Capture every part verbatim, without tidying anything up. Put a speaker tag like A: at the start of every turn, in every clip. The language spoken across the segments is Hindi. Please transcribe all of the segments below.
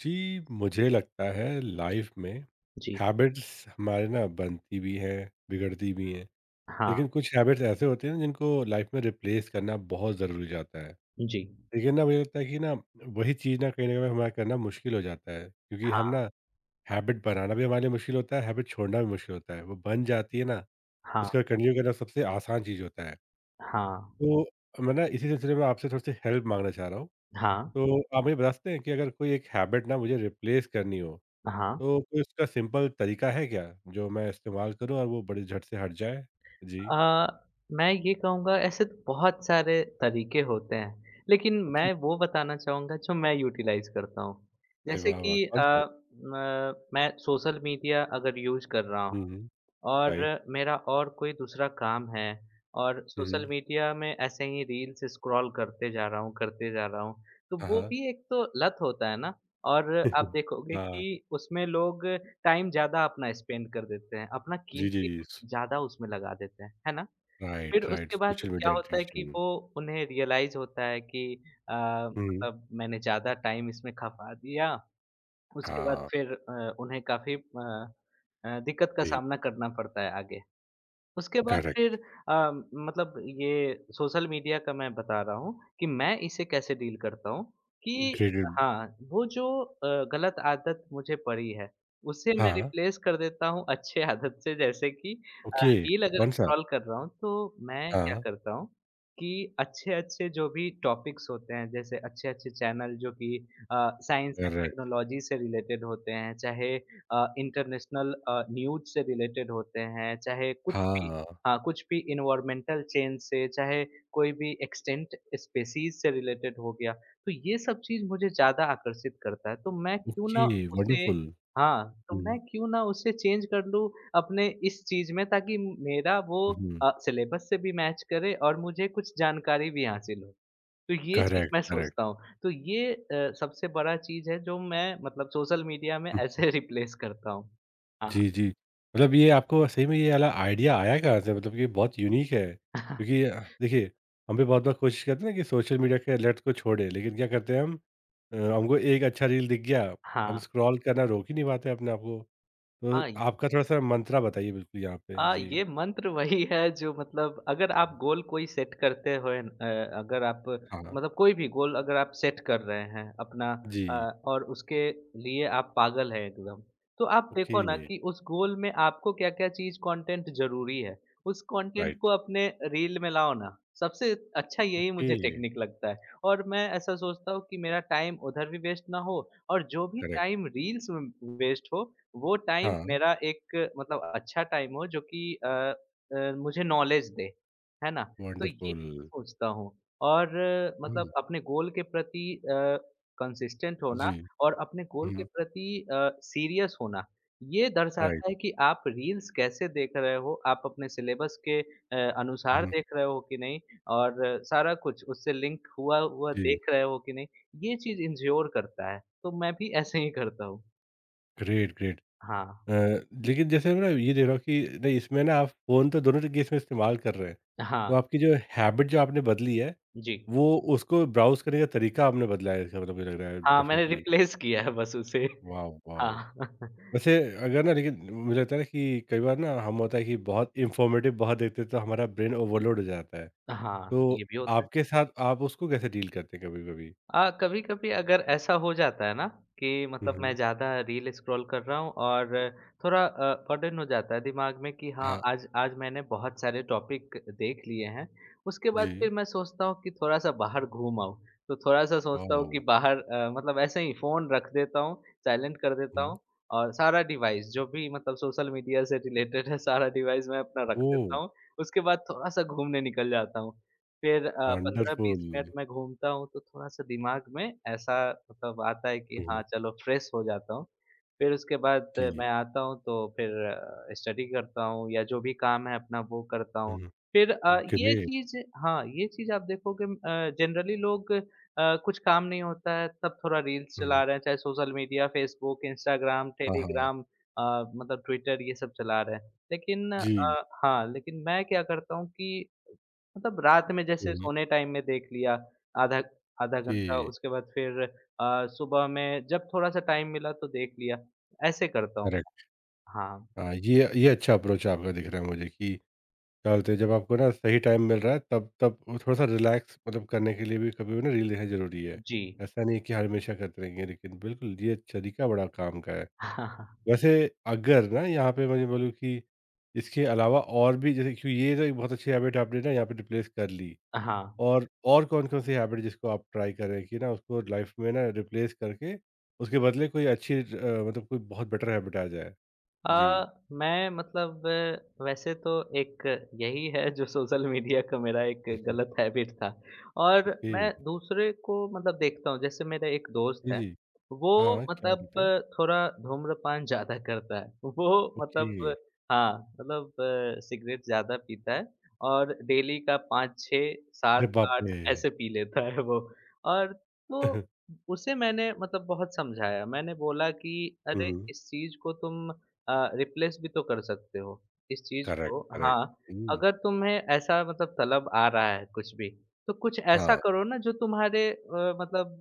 A: जी, मुझे लगता है लाइफ में
B: जी,
A: हैबिट्स हमारे ना बनती भी हैं, बिगड़ती भी हैं।
B: हाँ,
A: लेकिन कुछ हैबिट्स ऐसे होते हैं ना जिनको लाइफ में रिप्लेस करना बहुत ज़रूरी हो जाता है।
B: जी,
A: लेकिन ना मुझे लगता है कि ना वही चीज़ ना कहीं न कहीं हमारा करना मुश्किल हो जाता है क्योंकि हम
B: हाँ,
A: ना हैबिट बनाना भी हमारे लिए मुश्किल होता है, हैबिट छोड़ना भी मुश्किल होता है। वो बन जाती है ना,
B: हाँ,
A: उसका कंटिन्यू करना सबसे आसान चीज़ होता है।
B: हाँ,
A: तो मैं ना इसी सिलसिले में आपसे थोड़ी-सी हेल्प माँगना चाह रहा हूँ।
B: हाँ,
A: तो आप मुझे बता सकते हैं कि अगर कोई एक हैबिट ना मुझे रिप्लेस करनी हो,
B: हाँ।
A: तो कोई इसका सिंपल तरीका है क्या, जो मैं इस्तेमाल करूँ और वो बड़े झट से हट जाए? जी।
B: अ, मैं ये कहूँगा ऐसे तो बहुत सारे तरीके होते हैं, लेकिन
A: ओके।
B: मैं वो बताना चाहूँगा जो मैं यूटिलाइज़ करता हूँ।
A: अरे
B: जैसे
A: वाह, वाह!
B: कि
A: कौन
B: अ,
A: से?
B: म मैं सोशल मीडिया अगर यूज़ कर रहा
A: हुँ, हुँ। राइट।
B: और मेरा और कोई दूसरा काम है और
A: हुँ,
B: सोशल
A: हुँ।
B: मीडिया में ऐसे ही रील्स स्क्रॉल करते जा रहा हूँ, करते जा रहा हूँ। तो
A: हाँ,
B: वो
A: हाँ।
B: भी एक तो लत होता है ना और आप देखोगे
A: हाँ।
B: कि उसमें लोग टाइम ज़्यादा अपना स्पेंड कर देते हैं, अपना
A: जी, जी।
B: कीमती
A: स
B: वक़्त ज़्यादा उसमें लगा देते हैं, है ना? फिर
A: राइट, राइट।
B: उसके बाद
A: सोशल
B: क्या
A: मीडिया
B: होता है कि
A: एडिक्शन।
B: वो उन्हें रियलाइज़ होता है कि अ,
A: हुँ।
B: मतलब मैंने ज़्यादा टाइम इसमें खपा दिया, उसके बाद
A: हाँ,
B: फिर अ, उन्हें काफ़ी अ अ, दिक्कत का
A: जी।
B: सामना करना पड़ता है आगे। उसके बाद फिर
A: करेक्ट।
B: अ, मतलब ये सोशल मीडिया का मैं बता रहा हूँ कि मैं इसे कैसे डील करता हूँ कि
A: ग्रेडेड
B: हाँ, वो जो अ, गलत आदत मुझे पड़ी है, उसे मैं
A: हाँ।
B: रिप्लेस कर देता हूँ अच्छे आदत से। जैसे कि अ,
A: ओके,
B: रील अगर
A: कौन-सा?
B: स्क्रॉल कर रहा हूँ तो मैं क्या
A: हाँ,
B: करता हूँ कि अच्छे-अच्छे जो भी टॉपिक्स होते हैं, जैसे अच्छे-अच्छे चैनल जो कि अ, साइंस एंड
A: करेक्ट।
B: टेक्नोलॉजी से रिलेटेड होते हैं, चाहे अ, इंटरनेशनल अ, न्यूज़ से रिलेटेड होते हैं, चाहे कुछ भी
A: हाँ।
B: हाँ, कुछ भी एनवायरमेंटल चेंज से, चाहे कोई भी एक्सटिंक्ट स्पीशीज़ से रिलेटेड हो गया, तो ये सब चीज़ मुझे ज़्यादा आकर्षित करता है, तो मैं क्यों ना
A: ओके,
B: उसे
A: वंडरफुल।
B: हाँ, तो मैं
A: हुँ,
B: क्यों ना उसे चेंज कर लूँ अपने इस चीज़ में ताकि मेरा वो
A: हुँ।
B: अ, सिलेबस से भी मैच करे और मुझे कुछ जानकारी भी हासिल हो। तो ये चीज़
A: करेक्ट,
B: मैं
A: करेक्ट।
B: सोचता हूँ। तो ये अ, सबसे बड़ा चीज़ है जो मैं मतलब सोशल मीडिया में
A: हुँ, हुँ।
B: ऐसे रिप्लेस करता हूँ। हाँ।
A: जी, जी। मतलब ये आपको सही में ये वाला आइडिया आया कहाँ से? मतलब कि बहुत यूनिक है। क्योंकि अ, देखिए हम भी बहुत बार कोशिश करते हैं ना कि सोशल मीडिया के अलर्ट को छोड़ें, लेकिन क्या करते हैं हम अ, हमको एक अच्छा रील दिख गया, हम
B: हाँ।
A: स्क्रॉल करना रोक ही नहीं पाते अपने आप को। तो
B: हाँ,
A: आपका थोड़ा-सा मंत्रा बताइए बिल्कुल यहाँ पे?
B: अ,
A: जी।
B: ये मंत्र वही है जो मतलब अगर आप
A: हुँ,
B: गोल कोई सेट करते हुए अ, अगर आप
A: हाँ। हाँ।
B: मतलब कोई भी गोल अगर आप सेट कर रहे हैं अपना अ,
A: जी,
B: और उसके लिए आप पागल हैं एकदम, तो आप देखो
A: ओके,
B: ना कि उस गोल में आपको क्या-क्या चीज़ कंटेंट ज़रूरी है। उस कंटेंट को
A: राइट,
B: अपने रील में लाओ ना, सबसे अच्छा यही मुझे
A: ओके,
B: टेक्निक लगता है। और मैं ऐसा सोचता हूँ कि मेरा टाइम उधर भी वेस्ट ना हो और जो भी
A: करेक्ट,
B: टाइम रील्स में वेस्ट हो वो टाइम
A: हाँ,
B: मेरा एक मतलब अच्छा टाइम हो जो कि अ अ, मुझे नॉलेज दे, है ना? तो ये
A: वंडरफुल।
B: सोचता हूँ। और अ,
A: हुँ,
B: मतलब अपने गोल के प्रति अ, कंसिस्टेंट होना
A: जी,
B: और अपने गोल के
A: हुँ,
B: प्रति अ, सीरियस होना, ये
A: राइट,
B: दर्शाता है कि आप रील्स कैसे देख रहे हो, आप अपने सिलेबस के अ, अनुसार
A: हुँ,
B: देख रहे हो कि नहीं और अ, सारा कुछ उससे लिंक हुआ हुआ
A: जी,
B: देख रहे हो कि नहीं, ये चीज़ इन्श्योर करता है। तो मैं भी ऐसे ही करता हूँ।
A: Great, great.
B: हाँ।
A: अ, लेकिन जैसे मैं ना ये देख रहा हूँ कि नहीं इसमें ना आप फ़ोन तो दोनों तरीके इसमें इस्तेमाल कर रहे हैं। तो
B: हाँ।
A: आपकी जो हैबिट जो आपने बदली है,
B: जी।
A: वो उसको ब्राउज़ करने का तरीका आपने बदला है इसका मतलब मुझे लग रहा है
B: हाँ, मैंने
A: डेफ़िनिटली।
B: रिप्लेस किया है बस उसे।
A: वाओ! वाओ!
B: हाँ।
A: वैसे अगर ना लेकिन मुझे लगता है ना कि कई बार ना हम होता है कि बहुत इन्फॉर्मेटिव बहुत देखते हैं तो हमारा ब्रेन ओवरलोड हो जाता है।
B: हाँ,
A: तो
B: ये भी होता है।
A: आपके साथ आप उसको कैसे डील करते हैं कभी-कभी?
B: अ, कभी-कभी अगर ऐसा हो जाता है ना कि
A: हुँ,
B: मतलब मैं
A: हुँ।
B: ज़्यादा रील स्क्रॉल कर रहा हूँ और थोड़ा अ, बर्डन हो जाता है दिमाग में कि हाँ,
A: हाँ,
B: आज आज मैंने बहुत सारे टॉपिक देख लिए हैं। उसके बाद फिर
A: जी।
B: मैं सोचता हूँ कि थोड़ा-सा बाहर घूम आऊँ। तो थोड़ा-सा सोचता हूँ
A: वाओ!
B: कि बाहर अ, मतलब ऐसे ही फ़ोन रख देता हूँ, साइलेंट कर देता
A: हुँ,
B: हूँ और सारा डिवाइस जो भी मतलब सोशल मीडिया से रिलेटेड है, सारा डिवाइस मैं अपना रख
A: ओह!
B: देता हूँ। उसके बाद थोड़ा-सा घूमने निकल जाता हूँ। फिर अ, पंद्रह-बीस मिनट
A: वंडरफुल।
B: मैं घूमता हूँ तो थोड़ा-सा दिमाग में ऐसा मतलब आता है कि
A: हुँ,
B: हाँ,
A: हुँ।
B: चलो फ्रेश हो जाता हूँ। फिर उसके बाद अ,
A: जी।
B: मैं आता हूँ तो फिर अ, स्टडी करता हूँ या जो भी काम है अपना वो करता हूँ।
A: हुँ,
B: फिर अ,
A: हुँ।
B: ये
A: ग्रेट।
B: चीज़ हाँ, ये चीज़ आप देखोगे अ, जनरली लोग अ, कुछ काम नहीं होता है तब थोड़ा रील्स चला
A: हुँ।
B: रहे हैं, चाहे सोशल मीडिया, फ़ेसबुक, इंस्टाग्राम,
A: हाँ, हाँ। हाँ।
B: टेलीग्राम, अ, मतलब ट्विटर ये सब चला रहे हैं। लेकिन
A: जी।
B: अ, हाँ, लेकिन मैं क्या करता हूँ कि मतलब रात में जैसे सोने टाइम में देख लिया आधा आधा घंटा,
A: ओके,
B: उसके बाद फिर अ, सुबह में जब थोड़ा-सा टाइम मिला तो देख लिया, ऐसे करता हूँ।
A: करेक्ट।
B: हाँ,
A: हाँ, ये ये अच्छा अप्रोच आपका दिख रहा है मुझे कि क्या बोलते हैं जब आपको ना सही टाइम मिल रहा है तब तब थोड़ा-सा रिलैक्स मतलब करने के लिए भी कभी भी ना रील देखना ज़रूरी है।
B: जी।
A: ऐसा नहीं है कि हमेशा करते रहेंगे लेकिन बिल्कुल ये तरीका बड़ा काम का है। वैसे अगर ना यहाँ पे मैं ये बोलूँ कि इसके अलावा और भी जैसे कि ये तो एक बहुत अच्छी हैबिट आपने ना यहाँ पे रिप्लेस कर ली।
B: हाँ।
A: और और कौन-कौन सी हैबिट जिसको आप ट्राई करें कि ना उसको लाइफ में ना रिप्लेस करके उसके बदले कोई अच्छी अ, मतलब कोई बहुत बेटर हैबिट आ जाए?
B: अ,
A: जी।
B: मैं मतलब अ, वैसे तो एक यही है जो सोशल मीडिया का मेरा एक
A: हुँ, हुँ।
B: गलत हैबिट था और
A: ओके।
B: मैं दूसरे को मतलब देखता हूँ। जैसे मेरा एक दोस्त
A: जी,
B: है,
A: जी।
B: वो
A: हाँ, क्या टिप
B: मतलब
A: है?
B: अ, थोड़ा धूम्रपान ज़्यादा करता है। वो
A: ओके।
B: मतलब अ, हाँ, मतलब अ, सिगरेट ज़्यादा पीता है और डेली का पाँच, छह,
A: अरे
B: सात,
A: बाप
B: आठ
A: रे!
B: ऐसे पी लेता है वो। और तो उसे मैंने मतलब बहुत समझाया, मैंने बोला कि
A: हुँ,
B: अरे
A: हुँ।
B: इस चीज़ को तुम अ, रिप्लेस भी तो कर सकते हो, इस चीज़
A: करेक्ट,
B: को।
A: करेक्ट।
B: हाँ,
A: हुँ।
B: अगर तुम्हें ऐसा मतलब तलब आ रहा है कुछ भी, तो कुछ ऐसा
A: हाँ,
B: करो ना जो तुम्हारे अ, मतलब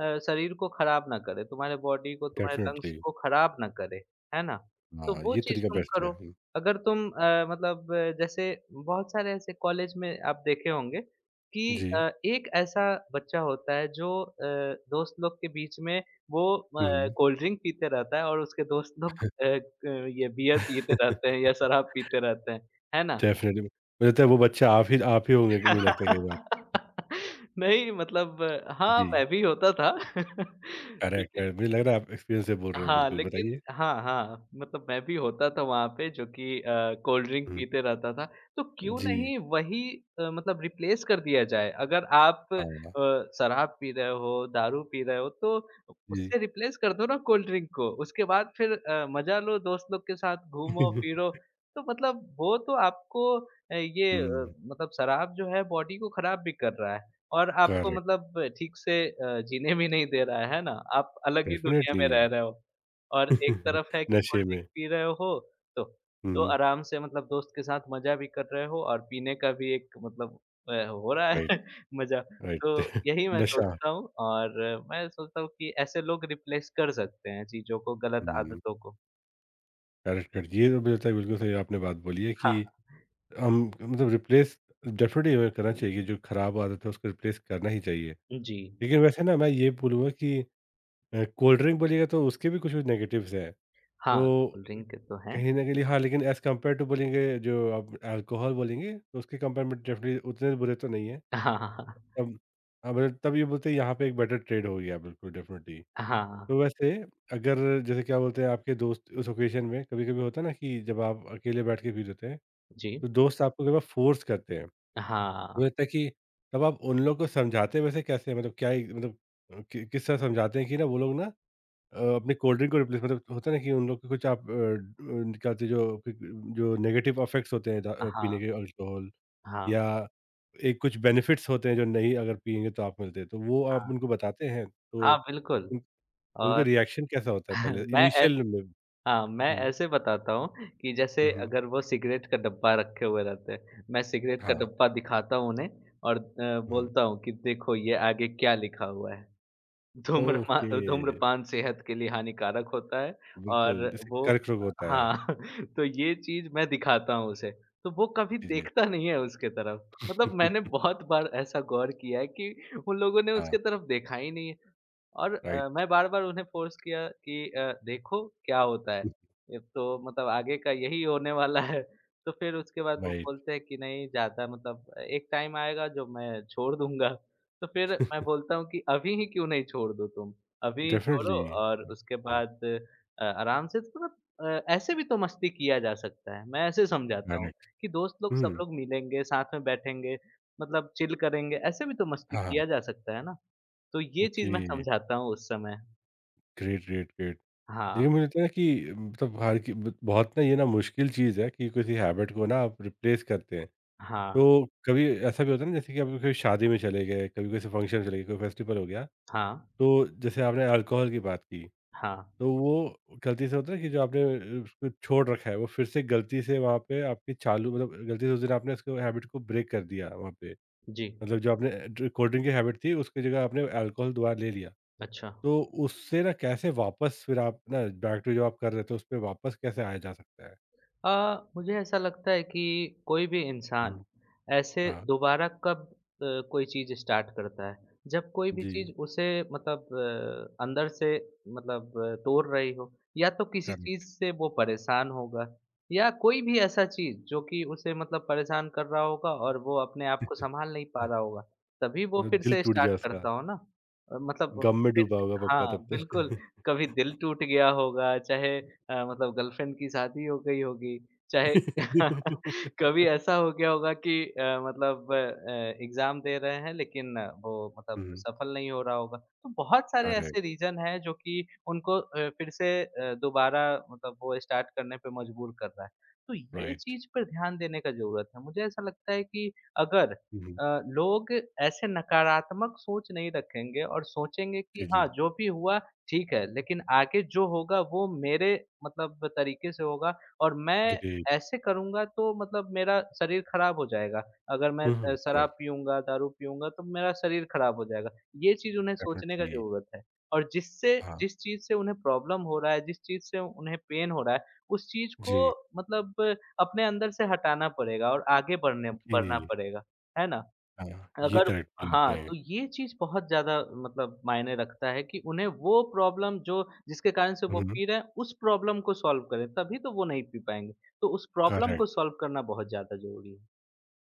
B: अ, शरीर को खराब ना करे, तुम्हारे बॉडी को, तुम्हारे लंग्स
A: डेफ़िनिटली।
B: को खराब ना करे, है ना? तो
A: हाँ,
B: वो
A: ये
B: चीज़
A: तरीका
B: तुम
A: बेस्ट है।
B: करो।
A: हुँ।
B: अगर तुम अ, मतलब अ, जैसे बहुत सारे ऐसे कॉलेज में आप देखे होंगे कि
A: जी।
B: अ, एक ऐसा बच्चा होता है जो अ, दोस्त लोग के बीच में वो अ,
A: हुँ।
B: कोल्ड ड्रिंक पीते रहता है और उसके दोस्त लोग अ, क ये बियर पीते रहते हैं या
A: डेफ़िनिटली।
B: शराब पीते रहते हैं, है ना?
A: मुझे लगता है वो बच्चा आप ही आप ही होंगे मुझे लगता है कई बार।
B: नहीं मतलब हाँ,
A: जी।
B: मैं भी होता था।
A: करेक्ट,
B: लेकिन
A: करेक्ट। मुझे लग रहा है आप एक्सपीरियंस से बोल रहे हैं
B: हाँ,
A: बिल्कुल,
B: लेकिन
A: बताइए?
B: हाँ, हाँ, मतलब मैं भी होता था वहाँ पे जो कि अ, कोल्ड ड्रिंक
A: हुँ।
B: पीते रहता था। तो क्यों
A: जी।
B: नहीं वही अ, मतलब रिप्लेस कर दिया जाए। अगर आप अ,
A: हाँ,
B: शराब पी रहे हो, दारू पी रहे हो तो
A: जी।
B: उससे रिप्लेस कर दो ना कोल्ड ड्रिंक को। उसके बाद फिर अ, मज़ा लो दोस्त लोग के साथ घूमो-फिरो। तो मतलब वो तो आपको अ, ये अ,
A: हुँ,
B: मतलब शराब जो है बॉडी को खराब भी कर रहा है और आपको
A: करेक्ट,
B: मतलब ठीक से अ, जीने भी नहीं दे रहा है, है ना? आप अलग ही दुनिया में
A: डेफ़िनेटली
B: रह रहे हो। और एक तरफ है कि कोल्ड
A: नशे में।
B: ड्रिंक पी रहे हो। तो तो
A: हुँ,
B: आराम से मतलब दोस्त के साथ मज़ा भी कर रहे हो और पीने का भी एक मतलब अ, हो रहा है
A: राइट,
B: मज़ा। तो
A: राइट
B: यही मैं
A: नशा
B: सोचता हूँ और मैं सोचता हूँ कि ऐसे लोग रिप्लेस कर सकते हैं चीज़ों को, गलत
A: हुँ,
B: आदतों को।
A: Correct, correct. ये तो मुझे लगता है बिल्कुल सही आपने बात बोली है कि
B: हाँ,
A: हम मतलब रिप्लेस डेफ़िनेटली हमें करना चाहिए, कि जो खराब आदत है उसको रिप्लेस करना ही चाहिए।
B: जी।
A: लेकिन वैसे ना मैं ये बोलूँगा कि अ, कोल्ड ड्रिंक बोलिएगा तो उसके भी कुछ कुछ नेगेटिव्स हैं।
B: हाँ,
A: तो
B: कोल्ड ड्रिंक तो हैं।
A: कहीं न कहीं हाँ, लेकिन एज़ कम्पेयर टू बोलेंगे जो आप अल्कोहल बोलेंगे, तो उसके कंपेयर में डेफ़िनेटली उतने बुरे तो नहीं हैं।
B: हाँ, हाँ,
A: तब हाँ, मतलब तब ये बोलते हैं यहाँ पे एक बेटर ट्रेड हो गया बिल्कुल डेफ़िनेटली।
B: हाँ। हाँ,
A: तो वैसे अगर जैसे क्या बोलते हैं आपके दोस्त उस ओकेज़न में कभी-कभी होता है ना कि जब आप अकेले बैठ के फ्री होते हैं,
B: जी।
A: तो दोस्त आपको कई बार फ़ोर्स करते हैं। मुझे
B: हाँ,
A: लगता है कि तब आप उन लोगों को समझाते हैं वैसे कैसे हैं? मतलब क्या ही मतलब अ, कि किस तरह समझाते हैं कि ना वो लोग ना अ, अपनी कोल्ड ड्रिंक को रिप्लेस मतलब होता है ना कि उन लोग को कुछ आप अ, ड अ, निकालते जो क जो नेगेटिव इफ़ेक्ट्स होते हैं दा अ, पीने
B: हाँ,
A: के अल्कोहल।
B: हाँ,
A: या एक कुछ बेनिफिट्स होते हैं जो नहीं अगर पिएँगे तो आप मिलते हैं, तो वो आप
B: हाँ।
A: उनको बताते हैं? तो
B: हाँ, बिल्कुल
A: उन उनका
B: और
A: रिएक्शन कैसा होता है पहले
B: मैं
A: इनिशियल में?
B: हाँ, मैं
A: हुँ,
B: ऐसे बताता हूँ कि जैसे
A: हुँ,
B: अगर वो सिगरेट का डब्बा रखे हुए रहते हैं, मैं सिगरेट का
A: हाँ,
B: डब्बा दिखाता हूँ उन्हें और अ,
A: हुँ,
B: बोलता हूँ कि देखो ये आगे क्या लिखा हुआ है। धूम्रमा
A: ओके,
B: धूम्रपान सेहत के लिए हानिकारक होता है। और
A: बिल्कुल जैसे
B: वो
A: कर्क रोग होता है।
B: हाँ, तो ये चीज़ मैं दिखाता हूँ उसे, तो वो कभी
A: जी, जी।
B: देखता नहीं है उसके तरफ। मतलब मैंने बहुत बार ऐसा गौर किया है कि उन लोगों ने
A: हाँ,
B: उसके तरफ देखा ही नहीं है। और अ,
A: राइट,
B: मैं बार-बार उन्हें फ़ोर्स किया कि अ, देखो क्या होता है, ये तो मतलब आगे का यही होने वाला है। तो फिर उसके बाद वो
A: राइट,
B: बोलते हैं कि नहीं ज़्यादा मतलब अ, एक टाइम आएगा जो मैं छोड़ दूँगा। तो फिर मैं बोलता हूँ कि अभी ही क्यों नहीं छोड़ दो तुम? अभी ही छोड़ो।
A: डेफ़िनिटली
B: और उसके
A: हुँ,
B: बाद अ, आराम से तो मतलब अ, ऐसे भी तो मस्ती किया जा सकता है। मैं ऐसे समझाता हूँ
A: करेक्ट
B: कि दोस्त लोग सब
A: हुँ,
B: लोग मिलेंगे, साथ में बैठेंगे, मतलब चिल करेंगे, ऐसे भी तो मस्ती
A: हाँ, हाँ,
B: किया जा सकता है ना? तो ये चीज़ मैं
A: ओके,
B: समझाता हूँ उस समय।
A: Great, great, great.
B: हाँ,
A: लेकिन मुझे लगता है ना कि मतलब हर कि बहुत ना ये ना मुश्किल चीज़ है कि किसी हैबिट को ना आप रिप्लेस करते हैं।
B: हाँ,
A: तो कभी ऐसा भी होता है ना जैसे कि आप कभी शादी में चले गए, कभी किसी फ़ंक्शन में चले गए, कोई फेस्टिवल हो गया,
B: हाँ,
A: तो जैसे आपने अल्कोहल की बात की,
B: हाँ।
A: तो वो गलती से होता है कि जो आपने अ, उसको छोड़ रखा है वो फिर से गलती से वहाँ पे आपकी चालू मतलब गलती से उस दिन आपने उसको हैबिट को ब्रेक कर दिया वहाँ पे।
B: जी,
A: मतलब जो आपने ड्र कोल्ड ड्रिंक की हैबिट थी उसकी जगह आपने अल्कोहल दोबारा ले लिया।
B: अच्छा।
A: तो उससे ना कैसे वापस फिर आप ना बैक टू जो आप कर रहे थे उस पे वापस कैसे आया जा सकता है?
B: आ, मुझे ऐसा लगता है कि कोई भी इंसान
A: हुँ।
B: ऐसे
A: हाँ।
B: दोबारा कब अ, कोई चीज़ स्टार्ट करता है, जब कोई भी चीज़
A: जी,
B: उसे मतलब अ, अंदर से मतलब अ, तोड़ रही हो, या तो किसी चीज़
A: करेक्ट।
B: से वो परेशान होगा या कोई भी ऐसा चीज़ जो कि उसे मतलब परेशान कर रहा होगा और वो अपने आप को संभाल नहीं पा रहा होगा तभी वो
A: मतलब
B: फिर
A: दिल
B: से
A: टूट
B: स्टार्ट
A: गया उसका।
B: करता हो ना। अ, मतलब
A: गम में
B: फिर
A: डूबा
B: से
A: होगा पक्का
B: हाँ
A: तब
B: बिल्कुल,
A: तो।
B: कभी दिल टूट गया होगा, चाहे अ, मतलब गर्लफ्रेंड की शादी हो गई होगी, चाहे कभी ऐसा हो गया होगा कि अ, मतलब अ, एग्ज़ाम दे रहे हैं लेकिन अ, वो मतलब
A: Mhm.
B: सफल नहीं हो रहा होगा। तो बहुत सारे
A: Correct,
B: ऐसे रीज़न हैं जो कि उनको अ, फिर से अ, दोबारा मतलब वो स्टार्ट करने पे मजबूर कर रहा है। तो ये
A: right.
B: चीज़ पे ध्यान देने का ज़रूरत है। मुझे ऐसा लगता है कि अगर
A: Mhm.
B: अ, लोग ऐसे नकारात्मक सोच नहीं रखेंगे और सोचेंगे कि
A: जी, जी,
B: हाँ, जो भी हुआ ठीक है, लेकिन आगे जो होगा वो मेरे मतलब तरीके से होगा और मैं
A: ग्रेट।
B: ऐसे करूँगा तो मतलब मेरा शरीर ख़राब हो जाएगा। अगर मैं अ,
A: हुँ।
B: शराब
A: करेक्ट,
B: पीऊँगा, दारू पीऊँगा तो मेरा शरीर ख़राब हो जाएगा। ये चीज़ उन्हें सोचने का
A: डेफ़िनिटली
B: ज़रूरत है और जिससे
A: हाँ,
B: जिस चीज़ से उन्हें प्रॉब्लम हो रहा है, जिस चीज़ से उन्हें पेन हो रहा है, उस चीज़ को
A: जी,
B: मतलब अपने अंदर से हटाना पड़ेगा और आगे बढ़ने
A: ओके
B: बढ़ना पड़ेगा। है ना?
A: हाँ, ये
B: अगर
A: करेक्ट बोला
B: हाँ,
A: आपने।
B: तो ये चीज़ बहुत ज़्यादा मतलब मायने रखता है कि उन्हें वो प्रॉब्लम जो जिसके कारण से वो
A: हुँ,
B: पी रहे हैं, उस प्रॉब्लम को सॉल्व करें, तभी तो वो नहीं पी पाएँगे। तो उस प्रॉब्लम को
A: करेक्ट,
B: सॉल्व करना बहुत ज़्यादा ज़रूरी है।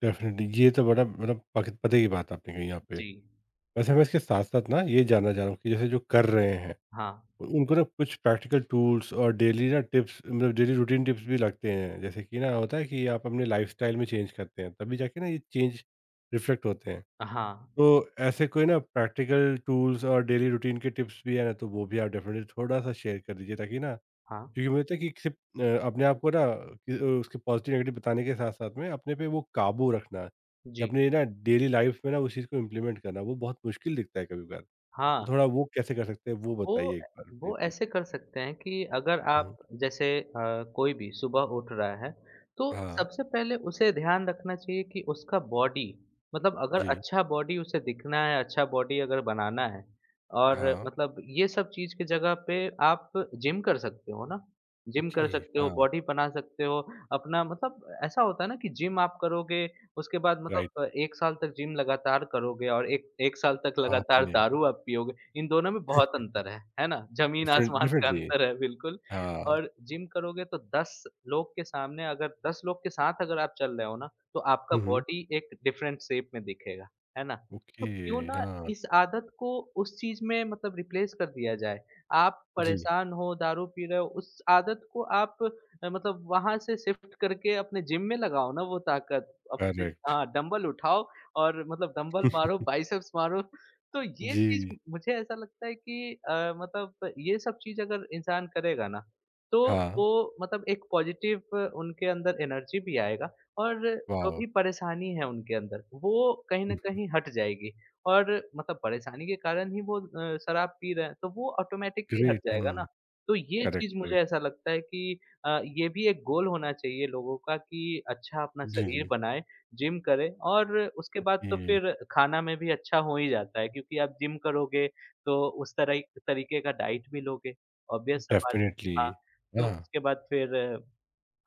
A: डेफ़िनिटली ये तो बड़ा मतलब पक पते की बात आपने कही यहाँ पे।
B: जी।
A: वैसे मैं इसके साथ-साथ ना ये जानना चाह रहा हूँ कि जैसे जो कर रहे हैं
B: हाँ।
A: उनको ना कुछ प्रैक्टिकल टूल्स और डेली ना टिप्स मतलब डेली रूटीन टिप्स भी लगते हैं जैसे कि ना होता है कि आप अपने लाइफस्टाइल में चेंज करते हैं तभी जाके ना ये चेंज रिफ्लेक्ट होते हैं
B: हाँ,
A: तो ऐसे कोई ना प्रैक्टिकल टूल्स और डेली रूटीन के टिप्स भी है ना तो वो भी आप डेफिनेटली थोड़ा सा शेयर कर दीजिए ताकि ना
B: हाँ।
A: क्योंकि मुझे लगता है कि सिर्फ अ, अपने आप को ना कि, अ, उसके पॉजिटिव नेगेटिव बताने के साथ साथ में अपने पे वो काबू रखना या
B: जी।
A: अपने ना डेली लाइफ में ना उस चीज़ को इम्प्लीमेंट करना वो बहुत मुश्किल दिखता है कभी कभार तो
B: हाँ।
A: थोड़ा वो कैसे कर सकते हैं वो
B: वो
A: बताइए एक बार
B: वो
A: प्लीज
B: ऐसे कर सकते हैं कि अगर आप
A: प्लीज
B: जैसे अ, कोई भी सुबह उठ रहा है, तो
A: हाँ,
B: सबसे पहले उसे ध्यान रखना चाहिए कि उसका बॉडी मतलब अगर
A: जी,
B: अच्छा बॉडी उसे दिखना है, अच्छा बॉडी अगर बनाना है और
A: हाँ,
B: मतलब ये सब चीज़ की जगह पे आप जिम कर सकते हो ना। जिम कर
A: ओके,
B: सकते हो,
A: हाँ,
B: बॉडी बना सकते हो, अपना मतलब ऐसा होता है ना कि जिम आप करोगे उसके बाद
A: राइट,
B: मतलब अ, एक साल तक जिम लगातार करोगे और एक 1 साल तक
A: बाप
B: लगातार
A: रे!
B: दारू आप पियोगे, इन दोनों में बहुत अंतर है, है ना?
A: डिफरेंट
B: ज़मीन-आसमान का
A: डिफरेंटली
B: अंतर है बिल्कुल।
A: हाँ,
B: और जिम करोगे तो दस लोग के सामने अगर दस लोग के साथ अगर आप चल रहे हो ना, तो आपका
A: हुँ, हुँ,
B: बॉडी एक डिफरेंट शेप में दिखेगा, है ना?
A: ओके,
B: तो क्यों ना
A: हाँ,
B: इस आदत को उस चीज़ में मतलब रिप्लेस कर दिया जाए। आप
A: जी,
B: परेशान हो, दारू पी रहे हो, उस आदत को आप अ, मतलब वहाँ से शिफ्ट करके अपने जिम में लगाओ ना वो ताकत। अपने
A: करेक्ट,
B: हाँ, डंबल उठाओ और मतलब डंबल मारो, बाइसेप्स मारो। तो ये चीज़
A: जी,
B: मुझे ऐसा लगता है कि अ, मतलब ये सब चीज़ अगर इंसान करेगा ना, तो वो
A: हाँ,
B: मतलब एक पॉज़िटिव उनके अंदर एनर्जी भी आएगा और जो
A: वॉव!
B: भी परेशानी है उनके अंदर, वो कहीं न
A: हुँ,
B: कहीं हट जाएगी। और मतलब परेशानी के कारण ही वो अ, शराब पी रहे हैं, तो वो ऑटोमैटिकली हट
A: ग्रेट,
B: जाएगा ना।
A: हुँ,
B: तो ये
A: करेक्ट,
B: चीज़ मुझे
A: करेक्ट,
B: ऐसा लगता है कि अ, ये भी एक गोल होना चाहिए लोगों का कि अच्छा अपना
A: जी,
B: शरीर
A: जी,
B: बनाएँ, जिम करें और उसके बाद तो
A: ये
B: फिर खाना में भी अच्छा हो ही जाता है क्योंकि आप जिम करोगे तो उस तरह तरीके का डाइट भी लोगे, ऑब्वियस सा बात।
A: डेफिनिटली,
B: हाँ, तो
A: हाँ,
B: उसके बाद फिर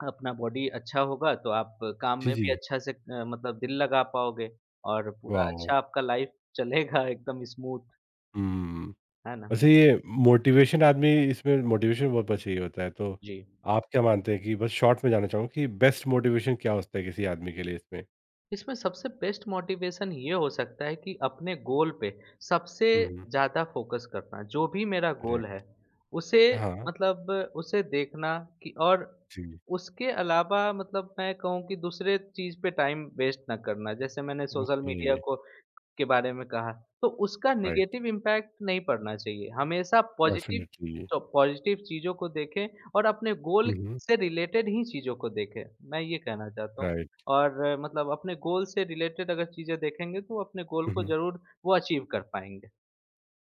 B: अपना बॉडी अच्छा होगा तो आप काम
A: जी,
B: में भी
A: जी,
B: अच्छा से अ, मतलब दिल लगा पाओगे और पूरा
A: वॉव!
B: अच्छा आपका लाइफ चलेगा एकदम स्मूथ,
A: हुँ,
B: है ना?
A: वैसे ये मोटिवेशन आदमी इसमें मोटिवेशन बहुत चाहिए होता है, तो
B: जी।
A: आप क्या मानते हैं कि बस शॉर्ट में जानना चाहूँगा कि बेस्ट मोटिवेशन क्या होता है किसी आदमी के लिए इसमें?
B: इसमें सबसे बेस्ट मोटिवेशन ये हो सकता है कि अपने गोल पे सबसे
A: हुँ, हुँ,
B: ज़्यादा फोकस करना। जो भी मेरा गोल है,
A: करेक्ट,
B: उसे
A: हाँ,
B: मतलब उसे देखना कि। और
A: जी।
B: उसके अलावा मतलब मैं कहूँ कि दूसरे चीज़ पे टाइम वेस्ट ना करना। जैसे मैंने सोशल
A: ओके,
B: मीडिया को के बारे में कहा, तो उसका
A: राइट,
B: नेगेटिव इम्पैक्ट नहीं पड़ना चाहिए। हमेशा पॉज़िटिव,
A: डेफ़िनिटली।
B: तो पॉज़िटिव चीज़ों को देखें और अपने गोल
A: हुँ, हुँ,
B: से रिलेटेड ही चीज़ों को देखें। मैं ये कहना चाहता हूँ।
A: राइट।
B: और अ, मतलब अपने गोल से रिलेटेड अगर चीज़ें देखेंगे तो अपने गोल
A: हुँ,
B: को
A: हुँ,
B: ज़रूर वो अचीव कर पाएँगे।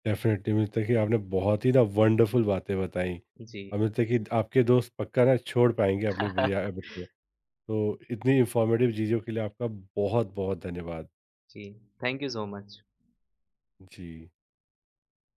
A: डेफ़िनिटली मुझे लगता है कि आपने बहुत ही ना वंडरफुल बातें बताई
B: जी।
A: और मुझे लगता है कि आपके दोस्त पक्का ना छोड़ पाएँगे अपनी बुरी आदत को। तो इतनी इन्फॉर्मेटिव चीज़ों के लिए आपका बहुत-बहुत धन्यवाद।
B: जी, thank you so much.
A: Ji.